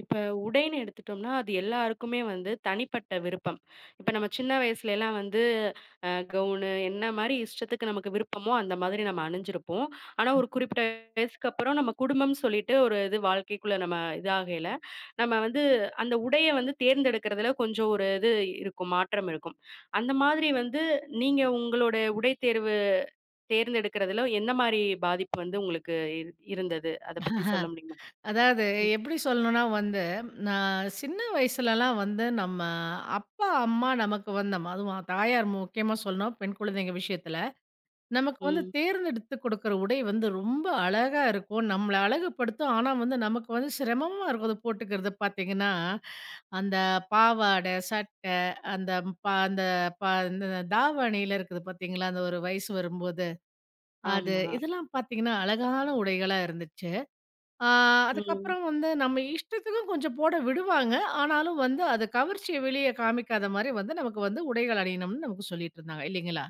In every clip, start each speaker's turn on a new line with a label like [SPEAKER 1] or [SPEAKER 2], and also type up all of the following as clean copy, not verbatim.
[SPEAKER 1] இப்ப உடைன்னு எடுத்துட்டோம்னா, அது எல்லாருக்குமே வந்து தனிப்பட்ட விருப்பம். இப்ப நம்ம சின்ன வயசுலலாம் வந்து கவுனு என்ன மாரி இஷ்டத்துக்கு நமக்கு விருப்பமோ, அந்த மாதிரி நம்ம அணிஞ்சிருப்போம். ஆனா, ஒரு குறிப்பிட்ட வயசுக்கு அப்புறம் நம்ம குடும்பம் சொல்லிட்டு ஒரு இது வாழ்க்கைக்குள்ள நம்ம இதாகையில, நம்ம வந்து அந்த உடைய வந்து தேர்ந்தெடுக்கிறதுல கொஞ்சம் ஒரு இது இருக்கும், மாற்றம் இருக்கும். அந்த மாதிரி வந்து நீங்க உங்களோட உடை தேர்வு தேர்ந்தெடுக்கிறதுல எந்த மாரி பாதிப்பு வந்து உங்களுக்கு இருந்தது? அத பத்தி
[SPEAKER 2] ஆஹா.
[SPEAKER 1] சொல்ல முடியுமா?
[SPEAKER 2] அதாவது
[SPEAKER 1] ம்,
[SPEAKER 2] எப்படி சொல்லணும்னா வந்து, நான் சின்ன வயசுலலாம் வந்து நம்ம அப்பா, அம்மா நமக்கு வந்து நம்ம அதுவும் தாயார் முக்கியமா சொல்லணும் பெண் குழந்தைங்க விஷயத்துல. நமக்கு வந்து
[SPEAKER 1] ம்.
[SPEAKER 2] தேர்ந்தெடுத்து குடுக்குற உடை வந்து ரொம்ப அழகா இருக்கும். நம்மள அழகுபடுத்தும். ஆனா வந்து நமக்கு வந்து சிரமமா இருக்கும் அது போட்டுக்கிறது பார்த்தீங்கன்னா, அந்த பாவாடை, சட்டை, அந்த ப அந்த ப அந்த தாவணியில இருக்குது பார்த்தீங்களா? அந்த ஒரு வயசு வரும்போது, அது
[SPEAKER 1] ஆமா.
[SPEAKER 2] இதெல்லாம் பார்த்தீங்கன்னா அழகான உடைகளா இருந்துச்சு. ஆ,
[SPEAKER 1] ம்.
[SPEAKER 2] அதுக்கப்புறம் வந்து நம்ம இஷ்டத்துக்கும் கொஞ்சம் போட விடுவாங்க. ஆனாலும் வந்து அது கவர்ச்சிய வெளிய காமிக்காத மாரி வந்து நமக்கு வந்து உடைகள் அணியணும்னு நமக்கு சொல்லிட்டு இருந்தாங்க இல்லைங்களா?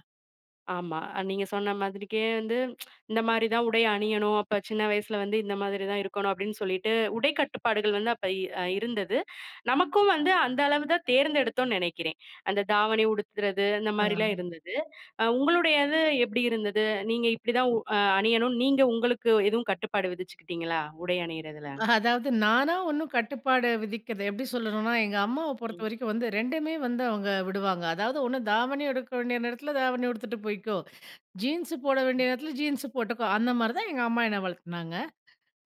[SPEAKER 1] ஆமா. நீங்க சொன்ன மாதிரிக்கே வந்து இந்த மாரி தான் உடை அணியணும். அப்ப சின்ன வயசுல வந்து இந்த மாதிரி தான் இருக்கணும் அப்டின்னு சொல்லிட்டு உடை கட்டுப்பாடுகள் வந்து அப்ப இ அ இருந்தது. நமக்கும் வந்து அந்த அளவு தான் தேர்ந்தெடுத்தோம்னு நெனைக்கிறேன். அந்த தாவணி உடுத்துறது அந்த
[SPEAKER 2] ஆ.
[SPEAKER 1] மாரிலாம் இருந்தது. உங்களுடையது எப்டி இருந்தது? நீங்க இப்டிதான் உ அ அணியணும்னு நீங்க உங்களுக்கு எதுவும் கட்டுப்பாடு விதிச்சுக்கிட்டீங்களா? உடை அணியிறதுல?
[SPEAKER 2] அதாவது நானா ஒண்ணும் கட்டுப்பாடு விதிக்கிறது எப்படி சொல்லணும்னா, எங்க அம்மாவ
[SPEAKER 1] ம்.
[SPEAKER 2] பொறுத்தவரைக்கும் வந்து 2மே வந்து அவங்க விடுவாங்க. அதாவது ஒண்ணு தாவணி எடுக்க வேண்டிய நேரத்துல தாவணி உடுத்துட்டு போய்க்கோ! ஜீன்ஸ் போட வேண்டிய நேரத்துல ஜீன்ஸ் போட்டுக்கோ! அந்த மாரி தான் எங்க அம்மா என்ன வளர்த்துனாங்க.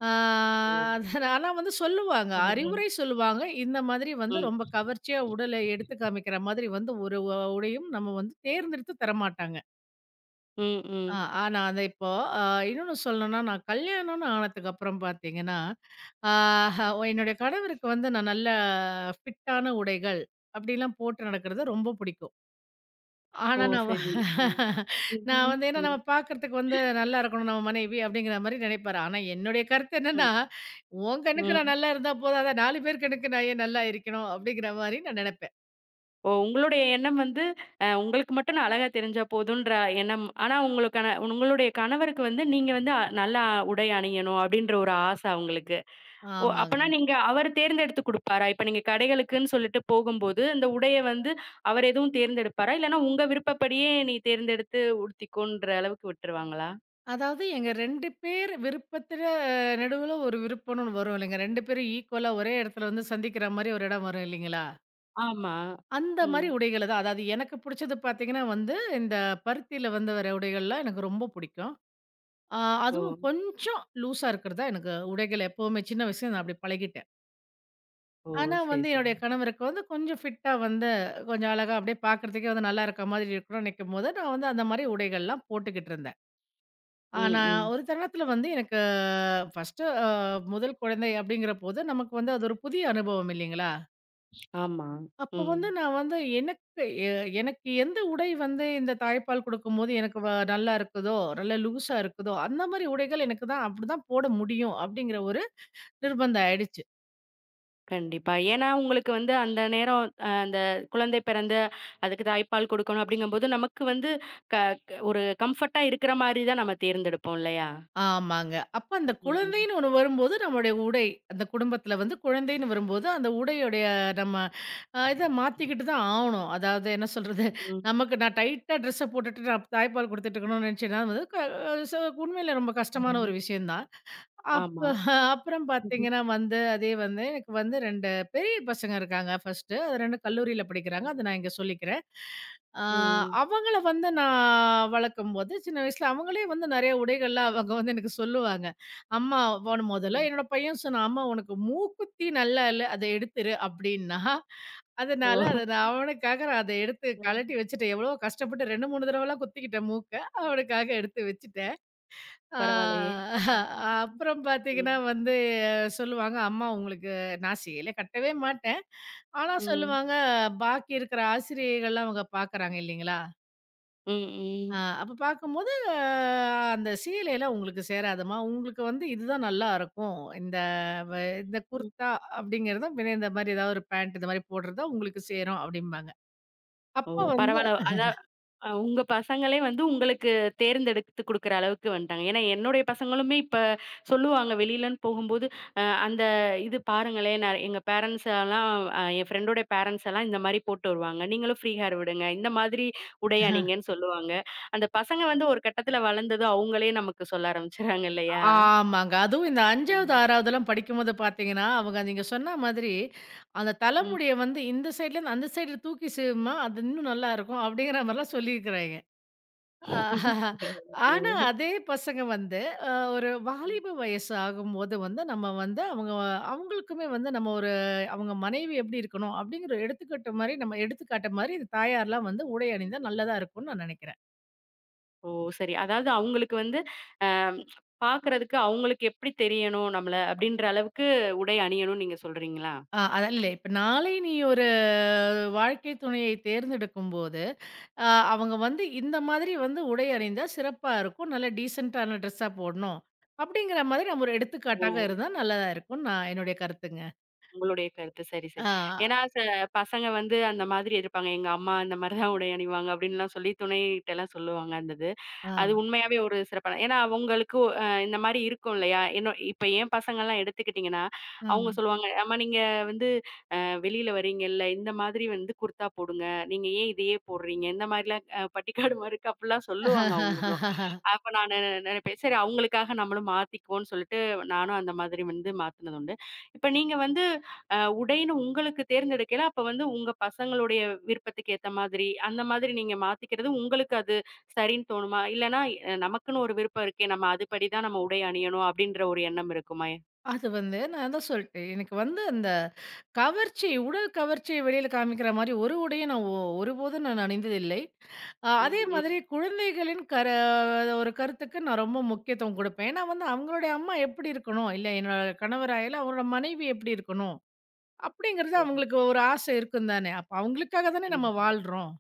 [SPEAKER 2] ஆ
[SPEAKER 1] ஓ!
[SPEAKER 2] அது ஆனா வந்து சொல்லுவாங்க.
[SPEAKER 1] ம், ம்.
[SPEAKER 2] அறிவுரை சொல்லுவாங்க. இந்த மாதிரி வந்து ரொம்ப
[SPEAKER 1] ம்.
[SPEAKER 2] கவர்ச்சியா உடலை எடுத்து காமிக்கிற மாதிரி வந்து ஒரு உடையும் நம்ம வந்து தேர்ந்தெடுத்து தரமாட்டாங்க.
[SPEAKER 1] ம்,
[SPEAKER 2] ஆ
[SPEAKER 1] ம்.
[SPEAKER 2] ஆனா அத இப்போ அ இன்னொன்னு சொல்லணும்னா, நான் கல்யாணம்னு ஆனதுக்கப்புறம் பார்த்தீங்கன்னா, ஆ ஹ, என்னுடைய கணவருக்கு வந்து நான் நல்ல ஃபிட்டான உடைகள், அப்படிலாம் போட்டு நடக்கிறது ரொம்ப பிடிக்கும்.
[SPEAKER 1] ஓ!
[SPEAKER 2] ஆனா நான் வ
[SPEAKER 1] சரி. ம்.
[SPEAKER 2] நான்
[SPEAKER 1] ம்,
[SPEAKER 2] வந்து ஏன்னா
[SPEAKER 1] ம்.
[SPEAKER 2] நம்ம பார்க்கறதுக்கு வந்து நல்லா இருக்கணும் நம்ம மனைவி அப்படிங்கிற மாரி நினைப்பாரு. ஆனா என்னுடைய கருத்து
[SPEAKER 1] ம்.
[SPEAKER 2] என்னன்னா, "உன் கண்ணுக்கு
[SPEAKER 1] ம்.
[SPEAKER 2] நான் நல்லா இருந்தா போதாதா, 4 பேர் கண்ணுக்கு நான் ஏன் நல்லா இருக்கணும்?" அப்படிங்கிற மாரி நான் நினைப்பேன்.
[SPEAKER 1] ஓ! உங்களுடைய எண்ணம் வந்து, உங்களுக்கு மட்டும் நான் அழகா தெரிஞ்சா போதுன்ற எண்ணம். ஆனா உங்களுக்கான உங்களுடைய கணவருக்கு வந்து நீங்க வந்து நல்லா உடை அணியணும் அப்டின்ற ஒரு ஆசை அவங்களுக்கு. ஓ! அப்பனா
[SPEAKER 2] ஆமாங்க.
[SPEAKER 1] நீங்க அவர் தேர்ந்தெடுத்து குடுப்பாரா? இப்ப நீங்க கடைகளுக்குன்னு சொல்லிட்டு போகும்போது, இந்த உடைய வந்து அவர் எதுவும் தேர்ந்தெடுப்பாரா? இல்லன்னா உங்க விருப்பப்படியே நீ தேர்ந்தெடுத்து உடுத்திக்கோன்ற அளவுக்கு விட்டுருவாங்களா?
[SPEAKER 2] அதாவது எங்க 2 பேர் விருப்பத்துல நடுவுல ஒரு விருப்பம்னு வரும் இல்லைங்க. 2 பேரும் ஈக்குவலா ஒரே இடத்துல வந்து சந்திக்கிற மாரி ஒரு இடம் வரும் இல்லைங்களா?
[SPEAKER 1] ஆமா.
[SPEAKER 2] அந்த
[SPEAKER 1] ம்.
[SPEAKER 2] மாரி உடைகள தான். அதாவது எனக்கு புடிச்சது பார்த்தீங்கன்னா வந்து, இந்த பருத்தியில வந்து வர உடைகள்லாம் எனக்கு ரொம்ப புடிக்கும். ஆ
[SPEAKER 1] ஓ!
[SPEAKER 2] அதுவும் கொஞ்சம் லூஸா இருக்கிறது தான் எனக்கு உடைகள் எப்பவுமே சின்ன வயசுல நான் அப்படி பழகிட்டேன்.
[SPEAKER 1] ஓ!
[SPEAKER 2] ஆனா
[SPEAKER 1] சரி,
[SPEAKER 2] வந்து
[SPEAKER 1] சரி.
[SPEAKER 2] என்னுடைய கணவருக்கு வந்து கொஞ்சம் ஃபிட்டா வந்து கொஞ்சம் அழகா அப்படியே பார்க்கறதுக்கே வந்து நல்லா இருக்க மாதிரி இருக்கணும்னு நினைக்கும்போது, நான் வந்து அந்த மாரி உடைகள்லாம் போட்டுக்கிட்டு இருந்தேன்.
[SPEAKER 1] ம்,
[SPEAKER 2] ஆனா
[SPEAKER 1] ம்.
[SPEAKER 2] ஒரு தருணத்துல வந்து எனக்கு ஃபர்ஸ்ட்டு அ முதல் குழந்தை அப்படிங்கிறபோது நமக்கு வந்து அது ஒரு புதிய அனுபவம் இல்லைங்களா?
[SPEAKER 1] ஆமா.
[SPEAKER 2] அப்போ
[SPEAKER 1] ம்.
[SPEAKER 2] வந்து நான் வந்து எனக்கு எந்த உடை வந்து இந்த தாய்ப்பால் குடுக்கும்போது எனக்கு நல்லா இருக்குதோ, நல்லா லூஸா இருக்குதோ, அந்த மாரி உடைகள் எனக்கு தான் அப்படிதான் போட முடியும் அப்படிங்கிற நிர்பந்தம் ஆயிடுச்சு.
[SPEAKER 1] கண்டிப்பா. ஏன்னா, உங்களுக்கு வந்து அந்த நேரம் அந்த குழந்தை பிறந்து, அதுக்கு தாய்ப்பால் குடுக்கணும் அப்படிங்கும்போது, நமக்கு வந்து க க ஒரு கம்ஃபர்ட்டா இருக்கிற மாரி தான் நம்ம தேர்ந்தெடுப்போம் இல்லையா?
[SPEAKER 2] ஆமாங்க. அப்ப அந்த
[SPEAKER 1] ம்.
[SPEAKER 2] குழந்தைன்னு ஒண்ணு வரும்போது, நம்முடைய உடை அந்த குடும்பத்தில வந்து குழந்தைன்னு வரும்போது, அந்த உடையுடைய நம்ம அ இத மாத்திக்கிட்டு தான் ஆவணும். அதாவது என்ன சொல்றது?
[SPEAKER 1] ம்.
[SPEAKER 2] நமக்கு நான் டைட்டா ட்ரெஸ்ஸ போட்டுட்டு நான் தாய்ப்பால் குடுத்துட்டு இருக்கணும்னு நெனச்சேன்னா, அது வந்து க ச உண்மையில ரொம்ப கஷ்டமான
[SPEAKER 1] ம்.
[SPEAKER 2] ஒரு விஷயம் தான். அப்ப
[SPEAKER 1] ஆமா.
[SPEAKER 2] அப்புறம்
[SPEAKER 1] ம்ஹ்ம்.
[SPEAKER 2] பார்த்தீங்கன்னா வந்து, அதே வந்து எனக்கு வந்து 2 பெரிய பசங்க இருக்காங்க ஃபர்ஸ்ட்டு. அது 2 கல்லூரியில படிக்கிறாங்க. அத நான் இங்க சொல்லிக்கிறேன். ஆ
[SPEAKER 1] ம்.
[SPEAKER 2] அவங்கள வந்து நான் வளர்க்கும்போது, சின்ன வயசுல அவங்களே வந்து நெறைய உடைகள்லாம் அவங்க வந்து எனக்கு சொல்லுவாங்க. "அம்மா ஒன்" முதல்ல
[SPEAKER 1] ம்.
[SPEAKER 2] என்னோட பையன் சொன்னான், "அம்மா உனக்கு மூக்குத்தி நல்லா இல்ல, அத எடுத்துரு" அப்படின்னா.
[SPEAKER 1] ஓ!
[SPEAKER 2] அதனால அத நான் அவனுக்காக நான் அத எடுத்து
[SPEAKER 1] அ
[SPEAKER 2] கழட்டி வச்சுட்டேன். எவ்வளோ கஷ்டப்பட்டு 2, 3 தடவலாம் குத்திக்கிட்டேன் மூக்க. அவனுக்காக எடுத்து வச்சுட்டேன். ஆ
[SPEAKER 1] பரவாயில்லையே! ம்.
[SPEAKER 2] அப்புறம் பார்த்தீங்கன்னா
[SPEAKER 1] ம்.
[SPEAKER 2] வந்து சொல்லுவாங்க, "அம்மா உங்களுக்கு நான் சேலை கட்டவே மாட்டேன்." ஆனா
[SPEAKER 1] ம்.
[SPEAKER 2] சொல்லுவாங்க, பாக்கி இருக்கிற ஆசிரியைகள்லாம் அவங்க பார்க்குறாங்க இல்லைங்களா?
[SPEAKER 1] ம். ம்.
[SPEAKER 2] அ அப்ப பார்க்கும்போது, ஆ, "அந்த சேலைலாம் உங்களுக்கு சேராதும்மா. உங்களுக்கு வந்து இதுதான் நல்லா இருக்கும். வ இந்த
[SPEAKER 1] ம்.
[SPEAKER 2] குர்தா அப்படிங்கிறதும், பின்ன இந்த மாரி ஏதாவது ஒரு பேண்ட் இந்த மாரி போடுறது தான் உங்களுக்கு சேரும்." அப்படிம்பாங்க.
[SPEAKER 1] ஓ!
[SPEAKER 2] அப்போ வந்து
[SPEAKER 1] பரவால்ல. அதா அ உங்க பசங்களே வந்து உங்களுக்கு தேர்ந்தெடுத்து குடுக்குற அளவுக்கு வந்துட்டாங்க. ஏன்னா, என்னுடைய பசங்களுமே இப்ப சொல்லுவாங்க வெளிலன்னு போகும்போது, அந்த இது பாருங்களேன் நான் எங்க பேரண்ட்ஸ் எல்லாம் என் ஃப்ரெண்டோட பேரண்ட்ஸ் எல்லாம் இந்த மாரி போட்டு வருவாங்க. நீங்களும் ஃப்ரீ ஹேர் விடுங்க. இந்த மாதிரி உடை அணிங்கன்னு சொல்லுவாங்க. அந்த பசங்க வந்து ஒரு கட்டத்துல வளர்ந்ததும் அவங்களே நமக்கு சொல்ல ஆரம்பிச்சுடுறாங்க இல்லையா?
[SPEAKER 2] ஆமாங்க. அதுவும் இந்த 5வது,
[SPEAKER 1] ம்.
[SPEAKER 2] 6வதுலாம் படிக்கும்போது பார்த்தீங்கன்னா, அவங்க நீங்க சொன்ன மாதிரி, அந்த
[SPEAKER 1] ம்.
[SPEAKER 2] தலைமுடிய வந்து இந்த சைட்லேருந்து அந்த சைடு தூக்கி சீவும்மா, அது இன்னும் நல்லாயிருக்கும். அப்படிங்கிற மாரிலாம் சொல்லியிருக்கிறாய்ங்க. ஆனா, அதே பசங்க வந்து ஒரு வாலிப வயசு ஆகும்போது வந்து, நம்ம வந்து அவங்க அவங்களுக்குமே வந்து நம்ம ஒரு அவங்க மனைவி எப்படி இருக்கணும்? அப்படிங்கிற ஒரு எடுத்துக்கட்டு மாரி நம்ம எடுத்துக்காட்டு மாரி இந்த தாயார்லாம் வந்து உடை அணிந்தா நல்லதா இருக்கும்னு நான் நெனைக்கிறேன்.
[SPEAKER 1] ஓ! சரி. அதாவது அவங்களுக்கு வந்து அ பார்க்கறதுக்கு அவங்களுக்கு எப்படி தெரியணும் நம்மள அப்படின்ற அளவுக்கு உடை அணியணும்னு நீங்க சொல்றீங்களா?
[SPEAKER 2] அதான் இல்ல. இப்ப நாளை நீ ஒரு வாழ்க்கை துணையை தேர்ந்தெடுக்கும்போது, அ அவங்க வந்து இந்த மாதிரி வந்து உடை அணிந்தா சிறப்பா இருக்கும். நல்ல டீசென்ட்டான ட்ரெஸ்ஸா போடணும். அப்படிங்கிற மாதிரி நம்ம ஒரு
[SPEAKER 1] ஓ!
[SPEAKER 2] எடுத்துக்காட்டாக இருந்தா நல்லதா இருக்கும்னு நான் என்னுடைய கருத்துங்க.
[SPEAKER 1] உங்களுடைய கருத்து. சரி, சரி.
[SPEAKER 2] ஆ,
[SPEAKER 1] ஏன்னா பசங்க வந்து அந்த மாதிரி இருப்பாங்க. எங்க அம்மா இந்த மாரி தான் உடை அணிவாங்க அப்படின்லாம் சொல்லி துணைகிட்டலாம் சொல்லுவாங்க அந்த இது. அது
[SPEAKER 2] ஆ,
[SPEAKER 1] உண்மையாவே ஒரு சிறப்பான ஏன்னா அவங்களுக்கு இந்த மாரி இருக்கும் இல்லையா? என்ன இப்ப என் பசங்கலாம் எடுத்துக்கிட்டீங்கன்னா, அவங்க
[SPEAKER 2] ஆ.
[SPEAKER 1] சொல்லுவாங்க, "அம்மா நீங்க வந்து வெளியில வரீங்கல்ல, இந்த மாதிரி வந்து குர்தா போடுங்க. நீங்க ஏன் இதையே போடுறீங்க? இந்த மாதிரிலாம் பட்டிக்காடு மாரிக்கு அப்டிலாம் சொல்லுவாங்க அவங்களும். அப்ப நானு நெனைப்பேன், சரி அவங்களுக்காக நம்மளும் மாத்திக்குவோம்னு சொல்லிட்டு நானும் அந்த மாதிரி வந்து மாத்துனது உண்டு. இப்ப நீங்க வந்து உடைன்னு உங்களுக்கு தேர்ந்தெடுக்கையில, அப்ப வந்து உங்க பசங்களுடைய விருப்பத்துக்கு ஏத்த மாதிரி, அந்த மாதிரி நீங்க மாத்திக்கிறது உங்களுக்கு அது சரின்னு தோணுமா? இல்லன்னா நமக்குன்னு ஒரு விருப்பம் இருக்கே, நம்ம அதுபடி தான் நம்ம உடை அணியணும் அப்டின்ற ஒரு எண்ணம் இருக்குமா?
[SPEAKER 2] அது வந்து நான் அதான் சொல்லிட்டேன். எனக்கு வந்து அந்த கவர்ச்சி, உடல் கவர்ச்சிய வெளியில காமிக்கிற மாரி ஒரு உடையும் நான் ஒ ஒருபோதும் நான் அணிந்ததில்லை. அ
[SPEAKER 1] ம்,
[SPEAKER 2] அதே
[SPEAKER 1] ம்.
[SPEAKER 2] மாதிரி குழந்தைகளின் கர ஒரு கருத்துக்கு நான் ரொம்ப முக்கியத்துவம் குடுப்பேன். ஏன்னா வந்து அவங்களுடைய அம்மா எப்படி இருக்கணும், இல்ல என்னோட கணவராயாலும் அவரோட மனைவி எப்படி இருக்கணும், அப்படிங்கிறது
[SPEAKER 1] ஓ!
[SPEAKER 2] அவங்களுக்கு ஒரு ஆசை இருக்கும் தானே. அப்ப அவங்களுக்காக தானே நம்ம
[SPEAKER 1] கண்டிப்பா,
[SPEAKER 2] வாழ்றோம்.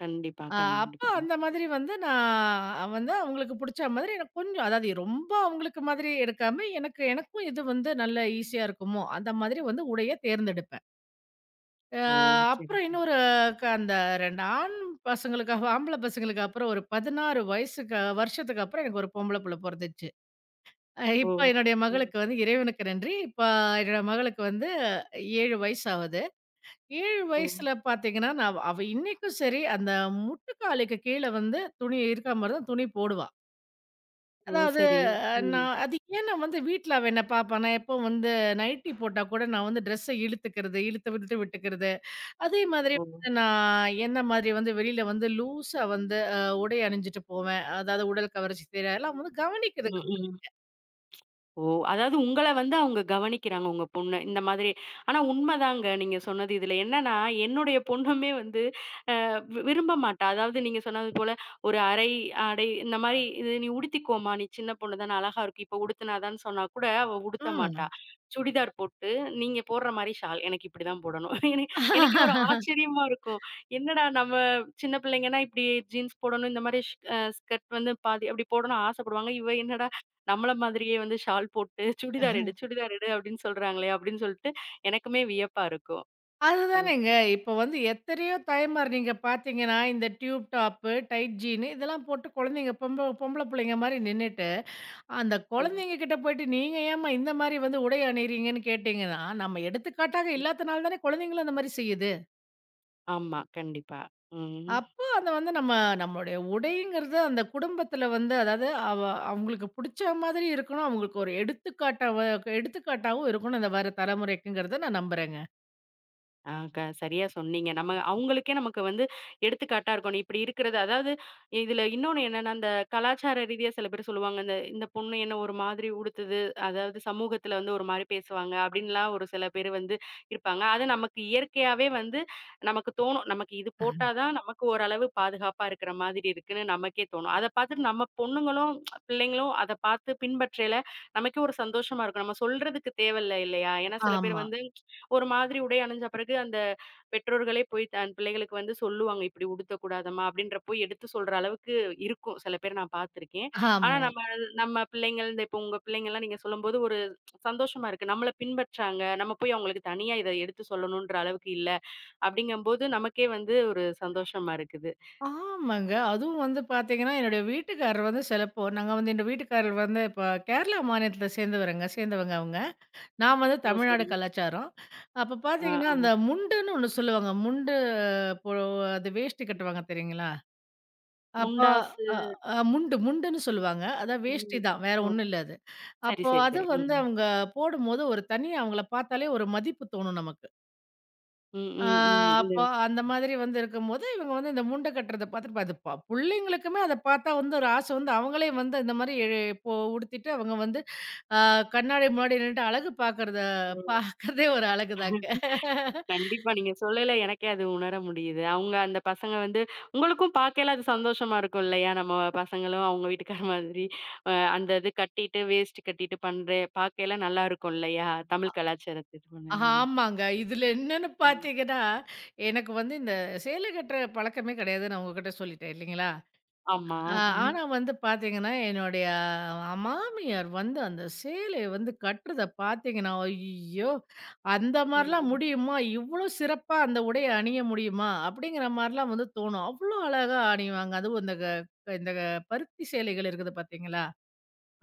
[SPEAKER 1] கண்டிப்பா,
[SPEAKER 2] அப்ப
[SPEAKER 1] கண்டிப்பா.
[SPEAKER 2] அந்த மாதிரி வந்து நான் வந்து அவங்களுக்கு புடிச்ச மாதிரி எனக்கு கொஞ்சம் அதாவது ரொம்ப அவங்களுக்கு மாதிரி எடுக்காம, எனக்கும் இது வந்து நல்ல ஈஸியா இருக்குமோ! அந்த மாதிரி வந்து உடைய தேர்ந்தெடுப்பேன். அ
[SPEAKER 1] ஓ! சரி.
[SPEAKER 2] அப்புறம் இன்னொரு அந்த 2 ஆண் பசங்களுக்கு ஆம்பள பசங்களுக்கு அப்புறம் ஒரு 16 வயசுக்கு வருஷத்துக்கு அப்புறம் எனக்கு ஒரு பொம்பள புள்ள பொறந்துச்சு.
[SPEAKER 1] ஓ!
[SPEAKER 2] இப்ப என்னுடைய
[SPEAKER 1] ம்.
[SPEAKER 2] மகளுக்கு வந்து இறைவனுக்கு நன்றி. இப்ப என்னோட மகளுக்கு வந்து 7 வயசு ஆவுது. 7
[SPEAKER 1] ஓ!
[SPEAKER 2] வயசுல பார்த்தீங்கன்னா, நான் அவ இன்னைக்கும் சரி அந்த முட்டுக்காலுக்கு கீழ வந்து துணி இருக்கா மாரி தான் துணி போடுவா.
[SPEAKER 1] ஓ!
[SPEAKER 2] அதாவது
[SPEAKER 1] சரி. ம்.
[SPEAKER 2] நான் அது ஏன் நான் வந்து வீட்ல அவ என்ன பார்ப்பா, நான் எப்பவும் வந்து நைட்டி போட்டா கூட நான் வந்து ட்ரெஸ்ஸ இழுத்துக்கிறது, இழுத்து விட்டு விட்டுக்கிறது. அதே மாதிரி
[SPEAKER 1] ஓ!
[SPEAKER 2] வந்து நான் என்ன மாதிரி வந்து வெளியில வந்து லூஸா வந்து உடை அணிஞ்சுட்டு போவேன். அதாவது உடல் கவர்ச்சி தெரியாது. அதெல்லாம் வந்து
[SPEAKER 1] ம்,
[SPEAKER 2] கவனிக்குதுங்க.
[SPEAKER 1] ம். ஓ! அதாவது உங்கள வந்து அவங்க கவனிக்கிறாங்க, உங்க பொண்ணு. இந்த மாதிரி ஆனா உண்மதாங்க நீங்க சொன்னது. இதுல என்னன்னா, என்னுடைய பொண்ணுமே வந்து அ வி விரும்ப மாட்டா. அதாவது நீங்க சொன்னது போல ஒரு அரை, ஆடை இந்த மாரி "இது நீ உடுத்திக்கோமா, நீ சின்ன பொண்ணு தானே, அழகா இருக்கு. இப்போ உடுத்துனாதான்னு" சொன்னா கூட அவ
[SPEAKER 2] ஆ.
[SPEAKER 1] உடுத்த மாட்டா. சுடிதார் போட்டு, நீங்க போடுற மாரி ஷால். எனக்கு இப்படிதான் போடணும். எனக் எனக்கே ஒரு ஆச்சரியமா இருக்கும். என்னடா நம்ம சின்ன பிள்ளைங்கன்னா இப்படி ஜீன்ஸ் போடணும், இந்த மாரி ஸ் அ ஸ்கர்ட் வந்து பாதி அப்படி போடணும்னு ஆசைப்படுவாங்க. இவ என்னடா நம்மள மாதிரியே வந்து ஷால் போட்டு "சுடிதார் எடு, சுடிதார் எடு" அப்படின்னு சொல்றாங்களே அப்படின்னு சொல்லிட்டு எனக்குமே வியப்பா இருக்கும். ம்.
[SPEAKER 2] அதுதானேங்க. இப்போ வந்து எத்தனையோ தாய்மார் நீங்க பார்த்தீங்கன்னா, இந்த டியூப் டாப்பு, டைட் ஜீனு இதெல்லாம் போட்டு குழந்தைங்க பொம்பள புள்ளைங்க மாரி நின்னுட்டு, அந்த
[SPEAKER 1] ம்.
[SPEAKER 2] குழந்தைங்க கிட்ட போயிட்டு, "நீங்க ஏம்மா இந்த மாரி வந்து உடை அணியிறீங்கன்னு?" கேட்டீங்கன்னா, நம்ம எடுத்துக்காட்டாக இல்லாதனால தானே குழந்தைங்களும் அந்த மாரி செய்யுது.
[SPEAKER 1] ஆமா. கண்டிப்பா. ம்.
[SPEAKER 2] அப்போ அத வந்து நம்ம நம்மளுடைய உடைங்கிறது அந்த குடும்பத்தில வந்து அதாவது அவங்களுக்கு புடிச்ச மாதிரி இருக்கணும். அவங்களுக்கு ஒரு எடுத்துக்காட்டாவும் இருக்கணும் இந்த வர தலைமுறைக்குங்கிறத நான் நம்புறேங்க.
[SPEAKER 1] ஆ சரியா சொன்னீங்க. நம்ம அவங்களுக்கே நமக்கு வந்து எடுத்துக்காட்டா இருக்கணும். இப்படி இருக்கிறது அதாவது இதுல இன்னொன்னு என்னன்னா, இந்த கலாச்சார ரீதியா சில பேர் சொல்லுவாங்க. இந்த இந்த பொண்ணு என்ன ஒரு மாதிரி உடுத்துது, அதாவது சமூகத்துல வந்து ஒரு மாரி பேசுவாங்க அப்படின்லாம் ஒரு சில பேர் வந்து இருப்பாங்க. அது நமக்கு இயற்கையாவே வந்து நமக்கு தோணும். நமக்கு இது போட்டா தான் நமக்கு ஓரளவு பாதுகாப்பா இருக்கிற மாதிரி இருக்குன்னு நமக்கே தோணும். அத பார்த்துட்டு நம்ம பொண்ணுங்களும், பிள்ளைங்களும் அத பார்த்து பின்பற்றையில நமக்கே ஒரு சந்தோஷமா இருக்கும். நம்ம சொல்றதுக்கு தேவையில்ல இல்லையா? ஏன்னா சில பேர்
[SPEAKER 2] ஆமா,
[SPEAKER 1] வந்து ஒரு மாதிரி உடை அணிஞ்ச பிறகு அந்த பெற்றோர்களே போய் தன் பிள்ளைகளுக்கு வந்து சொல்லுவாங்க, "இப்படி உடுத்தக்கூடாதம்மா" அப்படின்றப்போ எடுத்து சொல்ற அளவுக்கு இருக்கும். சில பேர் நான் பார்த்துருக்கேன். ஆனா
[SPEAKER 2] ஆமா.
[SPEAKER 1] நம்ம நம்ம பிள்ளைங்கள் இந்த இப்போ உங்க பிள்ளைங்கலாம் நீங்க சொல்லும்போது ஒரு சந்தோஷமா இருக்கு. நம்மள பின்பற்றாங்க. நம்ம போய் அவங்களுக்கு தனியா இத எடுத்து சொல்லணுன்ற அளவுக்கு இல்ல. அப்படிங்கம்போது நமக்கே வந்து ஒரு சந்தோஷமா இருக்குது.
[SPEAKER 2] ஆமாங்க. அதுவும் வந்து பார்த்தீங்கன்னா, என்னுடைய வீட்டுக்காரர் வந்து சிலப்போ நாங்க வந்து எங்க வீட்டுக்காரர் வந்து இப்ப கேரளா மாநிலத்த சேர்ந்தவங்க அவங்க. நான் வந்து
[SPEAKER 1] ஓ!
[SPEAKER 2] தமிழ்நாடு
[SPEAKER 1] சரி.
[SPEAKER 2] கலாச்சாரம். அப்ப
[SPEAKER 1] ஆ,
[SPEAKER 2] பார்த்தீங்கன்னா,
[SPEAKER 1] ஆ.
[SPEAKER 2] அந்த முண்டுன்னு ஒண்ணு சொல்லுவாங்க. முண்டு பொ அது வேஷ்டி கட்டுவாங்க தெரியுங்களா? அப்போ
[SPEAKER 1] முண்டாசு.
[SPEAKER 2] அ அ முண்டு முண்டுன்னு சொல்லுவாங்க. அதான்
[SPEAKER 1] ம்.
[SPEAKER 2] வேஷ்டி தான். வேற
[SPEAKER 1] ஓ!
[SPEAKER 2] ஒண்ணும் இல்ல அது.
[SPEAKER 1] சரி,
[SPEAKER 2] அப்போ
[SPEAKER 1] சரி,
[SPEAKER 2] அது
[SPEAKER 1] சரி.
[SPEAKER 2] வந்து
[SPEAKER 1] ம்.
[SPEAKER 2] அவங்க போடும்போது ஒரு தனி அவங்கள பார்த்தாலே ஒரு மதிப்பு தோணும் நமக்கு.
[SPEAKER 1] ம்,
[SPEAKER 2] ஆ
[SPEAKER 1] ம், ம். அந்த
[SPEAKER 2] அப்போ அந்த மாதிரி வந்து இருக்கும்போது, இவங்க வந்து இந்த முண்ட கட்டுறத பார்த்துட்டு அது புள்ளைங்களுக்குமே அத பார்த்தா வந்து ஒரு ஆசை வந்து அவங்களே வந்து இந்த மாரி இப்போ உடுத்திட்டு அவங்க வந்து அ கண்ணாடி முன்னாடி நின்னுட்டு அழகு பார்க்கறதே ஒரு அழகுதாங்க.
[SPEAKER 1] ம். கண்டிப்பா. நீங்க சொல்லல எனக்கே அது உணர முடியுது. அவங்க அந்த பசங்க வந்து உங்களுக்கும் பார்க்கையில அது சந்தோஷமா இருக்கும் இல்லையா? நம்ம பசங்களும் அவங்க வீட்டுக்கார மாதிரி அந்த இது கட்டிட்டு, வேஸ்ட் கட்டிட்டு பண்ற பார்க்கையில நல்லா இருக்கும் இல்லையா? தமிழ் கலாச்சாரத்த இது பண்ண மாரி.
[SPEAKER 2] ஆமாங்க. இதுல என்னன்னு
[SPEAKER 1] ம்.
[SPEAKER 2] பார்த்தீங்கன்னா, எனக்கு வந்து இந்த சேலை கட்டுற பழக்கமே கிடையாது. நான் உங்ககிட்ட சொல்லிட்டேன் இல்லைங்களா?
[SPEAKER 1] ஆமா.
[SPEAKER 2] ஆ
[SPEAKER 1] அ.
[SPEAKER 2] ஆனா வந்து பார்த்தீங்கன்னா, என்னுடைய மாமியார் வந்து அந்த சேலைய வந்து கட்டுறத பார்த்தீங்கன்னா, ஐயோ! அந்த மாரிலாம் முடியுமா? இவ்வளோ சிறப்பா அந்த உடைய அணிய முடியுமா? அப்படிங்கிற மாரிலாம் வந்து தோணும். அவ்வளோ அழகா அணிவாங்க. அதுவும் இந்த பருத்தி சேலைகள் இருக்குது பார்த்தீங்களா?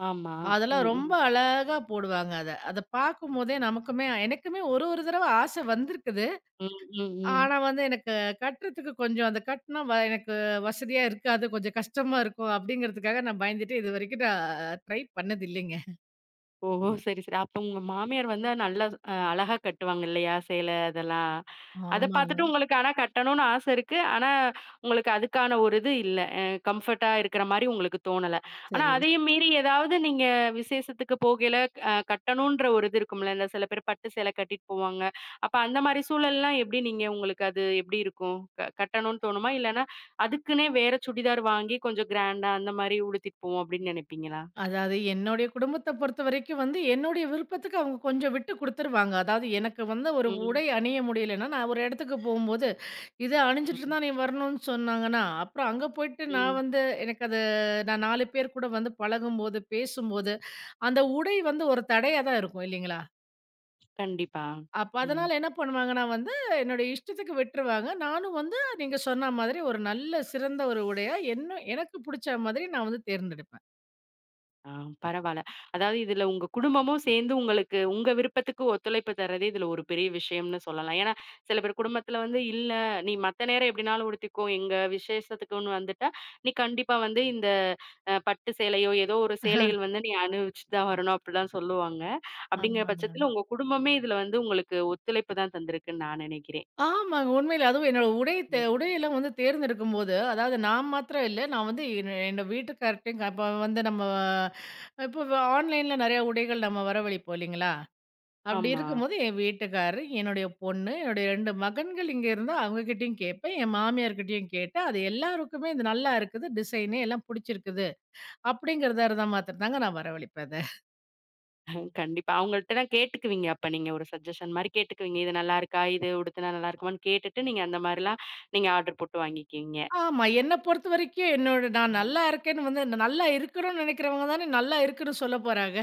[SPEAKER 1] ஆமா.
[SPEAKER 2] அதெல்லாம்
[SPEAKER 1] ம், ம்.
[SPEAKER 2] ரொம்ப அழகா போடுவாங்க அத. அத பார்க்கும்போதே நமக்குமே எனக்குமே ஒரு ஒரு தடவ ஆசை வந்திருக்குது.
[SPEAKER 1] ம், ம், ம்.
[SPEAKER 2] ஆனா வந்து எனக்கு கட்டுறதுக்கு கொஞ்சம் அந்த கட்டுனா வ எனக்கு வசதியா இருக்காது. கொஞ்சம் கஷ்டமா இருக்கும் அப்டிங்கிறதுக்காக நான் பயந்துட்டு இதுவரைக்கும் நான் ட்ரை பண்ணது இல்லைங்க.
[SPEAKER 1] ஓஹோ! சரி, சரி. அப்ப உங்க மாமியார் வந்து நல்லா அழகா கட்டுவாங்க இல்லையா? சேலை அதெல்லாம். அத
[SPEAKER 2] ஆமாங்க.
[SPEAKER 1] பார்த்துட்டு உங்களுக்கு ஆனா கட்டணும்னு ஆசை இருக்கு. ஆனா, உங்களுக்கு அதுக்கான ஒரு இது இல்ல. கம்ஃபர்ட்டா இருக்கிற மாரி உங்களுக்கு தோணல. ஆனா,
[SPEAKER 2] சரி.
[SPEAKER 1] அதையும் மீறி ஏதாவது நீங்க விசேஷத்துக்கு போகையில கட்டணுன்ற ஒரு இது இருக்கும்ல. இந்த சில பேர் பட்டு சேலை கட்டிட்டு போவாங்க. அப்ப அந்த மாரி சூழல்லாம் எப்படி நீங்க உங்களுக்கு அது எப்படி இருக்கும்? கட்டணும்னு தோணுமா? இல்லன்னா, அதுக்குன்னே வேற சுடிதார் வாங்கி கொஞ்சம் கிராண்டா அந்த மாரி உடுத்திட்டு போவோம் அப்படின்னு நினைப்பீங்களா?
[SPEAKER 2] அதாவது என்னுடைய குடும்பத்த பொறுத்தவரைக்கும் வந்து என்னுடைய விருப்பத்துக்கு அவங்க கொஞ்சம் விட்டு குடுத்துருவாங்க. அதாவது எனக்கு வந்து ஒரு
[SPEAKER 1] ம்.
[SPEAKER 2] உடை அணிய முடியலன்னா, நான் ஒரு இடத்துக்கு போம்போது, "இத அணிஞ்சுட்டு
[SPEAKER 1] ம்.
[SPEAKER 2] தான் நீ வரணும்னு" சொன்னாங்கன்னா, அப்புறம் அங்க போயிட்டு நான்
[SPEAKER 1] ம்.
[SPEAKER 2] வந்து எனக்கு அது நான் 4 பேர் கூட வந்து பழகும்போது, பேசும்போது, அந்த உடை வந்து ஒரு தடையா தான் இருக்கும் இல்லைங்களா?
[SPEAKER 1] கண்டிப்பா.
[SPEAKER 2] அப்ப
[SPEAKER 1] ம்.
[SPEAKER 2] அதனால என்ன பண்ணுவாங்கன்னா வந்து, என்னுடைய இஷ்டத்துக்கு விட்டுருவாங்க. நானும் வந்து நீங்க சொன்ன மாதிரி ஒரு நல்ல சிறந்த ஒரு உடையா என்ன எனக்கு புடிச்ச மாதிரி நான் வந்து தேர்ந்தெடுப்பேன்.
[SPEAKER 1] ஆ, பரவால்ல. அதாவது இதுல உங்க குடும்பமும் சேர்ந்து உங்களுக்கு உங்க விருப்பத்துக்கு ஒத்துழைப்பு தர்றதே இதுல ஒரு பெரிய விஷயம்னு சொல்லலாம். ஏன்னா, சில பேர் குடும்பத்துல வந்து இல்ல நீ மத்த நேரம் எப்படினாலும் உடுத்திக்கோ. எங்க விசேஷத்துக்குன்னு வந்துட்டா, நீ கண்டிப்பா வந்து இந்த பட்டு சேலையோ, ஏதோ ஒரு
[SPEAKER 2] ஆஹா.
[SPEAKER 1] சேலைகள் வந்து நீ அணிவிச்சுட்டு தான் வரணும் அப்படிலாம் சொல்லுவாங்க. அப்படிங்கிற
[SPEAKER 2] ஆமாங்க.
[SPEAKER 1] பட்சத்துல உங்க குடும்பமே இதுல வந்து உங்களுக்கு ஒத்துழைப்பு தான் தந்திருக்குன்னு நான் நினைக்கிறேன்.
[SPEAKER 2] ஆமாங்க. உண்மையிலே அதுவும் என்னோட
[SPEAKER 1] ம்.
[SPEAKER 2] உடையெல்லாம் வந்து தேர்ந்தெடுக்கும்போது, அதாவது நான் மாத்திரம் இல்ல, நான் வந்து என்னோட வீட்டுக்கார்ட்டயும் இப்ப வந்து நம்ம இப்போ ஆன்லைன்ல நெறைய உடைகள் நம்ம வரவழைப்போம் இல்லைங்களா? அப்படி
[SPEAKER 1] ஆமா.
[SPEAKER 2] இருக்கும்போது என் வீட்டுக்காரரு, என்னுடைய பொண்ணு, என்னுடைய 2 மகன்கள் இங்க இருந்தா அவங்ககிட்டயும் கேட்பேன். என் மாமியார்கிட்டயும் கேட்டேன். அது எல்லாருக்குமே இது நல்லா இருக்குது. டிசைனு எல்லாம் புடிச்சிருக்குது. அப்படிங்கிறத இருந்தா மாத்திரம் தாங்க நான் வரவழைப்பேன் அத.
[SPEAKER 1] கண்டிப்பா. அவங்கள்ட்டலாம் கேட்டுக்குவீங்க அப்ப நீங்க ஒரு சஜஷன் மாரி கேட்டுக்குவீங்க. இது நல்லாருக்கா? இது உடுத்துனா நல்லாருக்குமான்னு கேட்டுட்டு, நீங்க அந்த மாரிலாம் நீங்க ஆர்டர் போட்டு வாங்கிக்குவீங்க.
[SPEAKER 2] ஆமா. என்ன பொறுத்தவரைக்கும் என்னோட நான்
[SPEAKER 1] ம்.
[SPEAKER 2] நல்லா இருக்கேன்னு வந்து நான் நல்லா இருக்கணும்னு நினைக்கிறவங்க தானே நல்லா இருக்குன்னு சொல்லப் போறாங்க.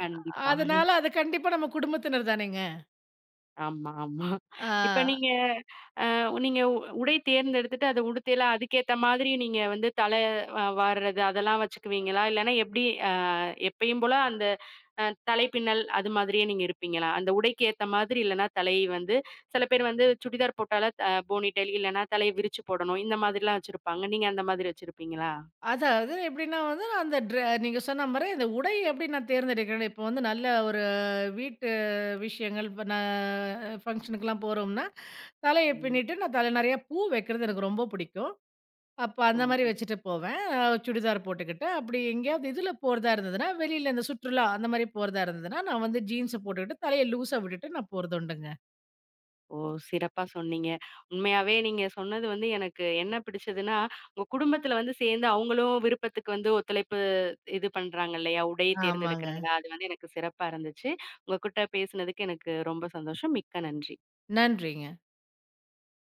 [SPEAKER 1] கண்டிப்பா.
[SPEAKER 2] அதனால அது கண்டிப்பா நம்ம குடும்பத்தினர் தானேங்க.
[SPEAKER 1] ஆமா, ஆமா. இப்ப
[SPEAKER 2] ஆ.
[SPEAKER 1] நீங்க அ உடை தேர்ந்தெடுத்துட்டு, அத உடுத்தைலாம் அதுக்கேத்த மாதிரி நீங்க வந்து தலை வார்றது அதெல்லாம் வச்சுக்குவீங்களா? இல்லன்னா எப்படி அ எப்பயும் போல அந்த அ தலைப்பின்னல் அது மாதிரியே நீங்க இருப்பீங்களா? அந்த உடைக்கு ஏத்த மாதிரி இல்லன்னா தலை வந்து சில பேர் வந்து சுடிதார் போட்டாலே போனி டெயில் இல்லன்னா தலைய விரிச்சு போடணும். இந்த மாதிரிலாம் வச்சிருப்பாங்க. நீங்க அந்த மாதிரி வச்சிருப்பீங்களா?
[SPEAKER 2] அதாவது எப்படின்னா வந்து நான் அந்த ட்ர நீங்க சொன்ன மாரி அந்த உடை எப்படி நான் தேர்ந்தெடுக்கிறேன். இப்போ வந்து நல்ல ஒரு வீட்டு விஷயங்கள் இப்ப நான் ஃபங்ஷனுக்குலாம் போறோம்னா, தலைய
[SPEAKER 1] ம்.
[SPEAKER 2] பின்னிட்டு நான் தல நெறையா பூ வைக்கிறது எனக்கு ரொம்ப பிடிக்கும். அப்ப
[SPEAKER 1] ஓ!
[SPEAKER 2] அந்த மாரி வச்சுட்டு போவேன். சுடிதார் போட்டுக்கிட்டு, அப்படி எங்கேயாவது இதில போறதா இருந்ததுன்னா, வெளியில இந்த சுற்றுலா அந்த மாரி போறதா இருந்ததுன்னா, நான் வந்து ஜீன்ஸ போட்டுக்கிட்டு தலைய லூஸா விட்டுட்டு நான் போறது உண்டுங்க.
[SPEAKER 1] ஓ! சிறப்பா சொன்னீங்க. உண்மையாவே நீங்க சொன்னது வந்து எனக்கு என்ன பிடிச்சதுன்னா, உங்க குடும்பத்துல வந்து சேர்ந்து அவங்களும் விருப்பத்துக்கு வந்து ஒத்துழைப்பு இது பண்றாங்க இல்லையா? உடை
[SPEAKER 2] ஆமாங்க.
[SPEAKER 1] தேர்ந்தெடுக்கிறதுல. அது வந்து எனக்கு சிறப்பா இருந்துச்சு. உங்க கிட்ட பேசினதுக்கு எனக்கு ரொம்ப சந்தோஷம். மிக்க நன்றி.
[SPEAKER 2] நன்றிங்க.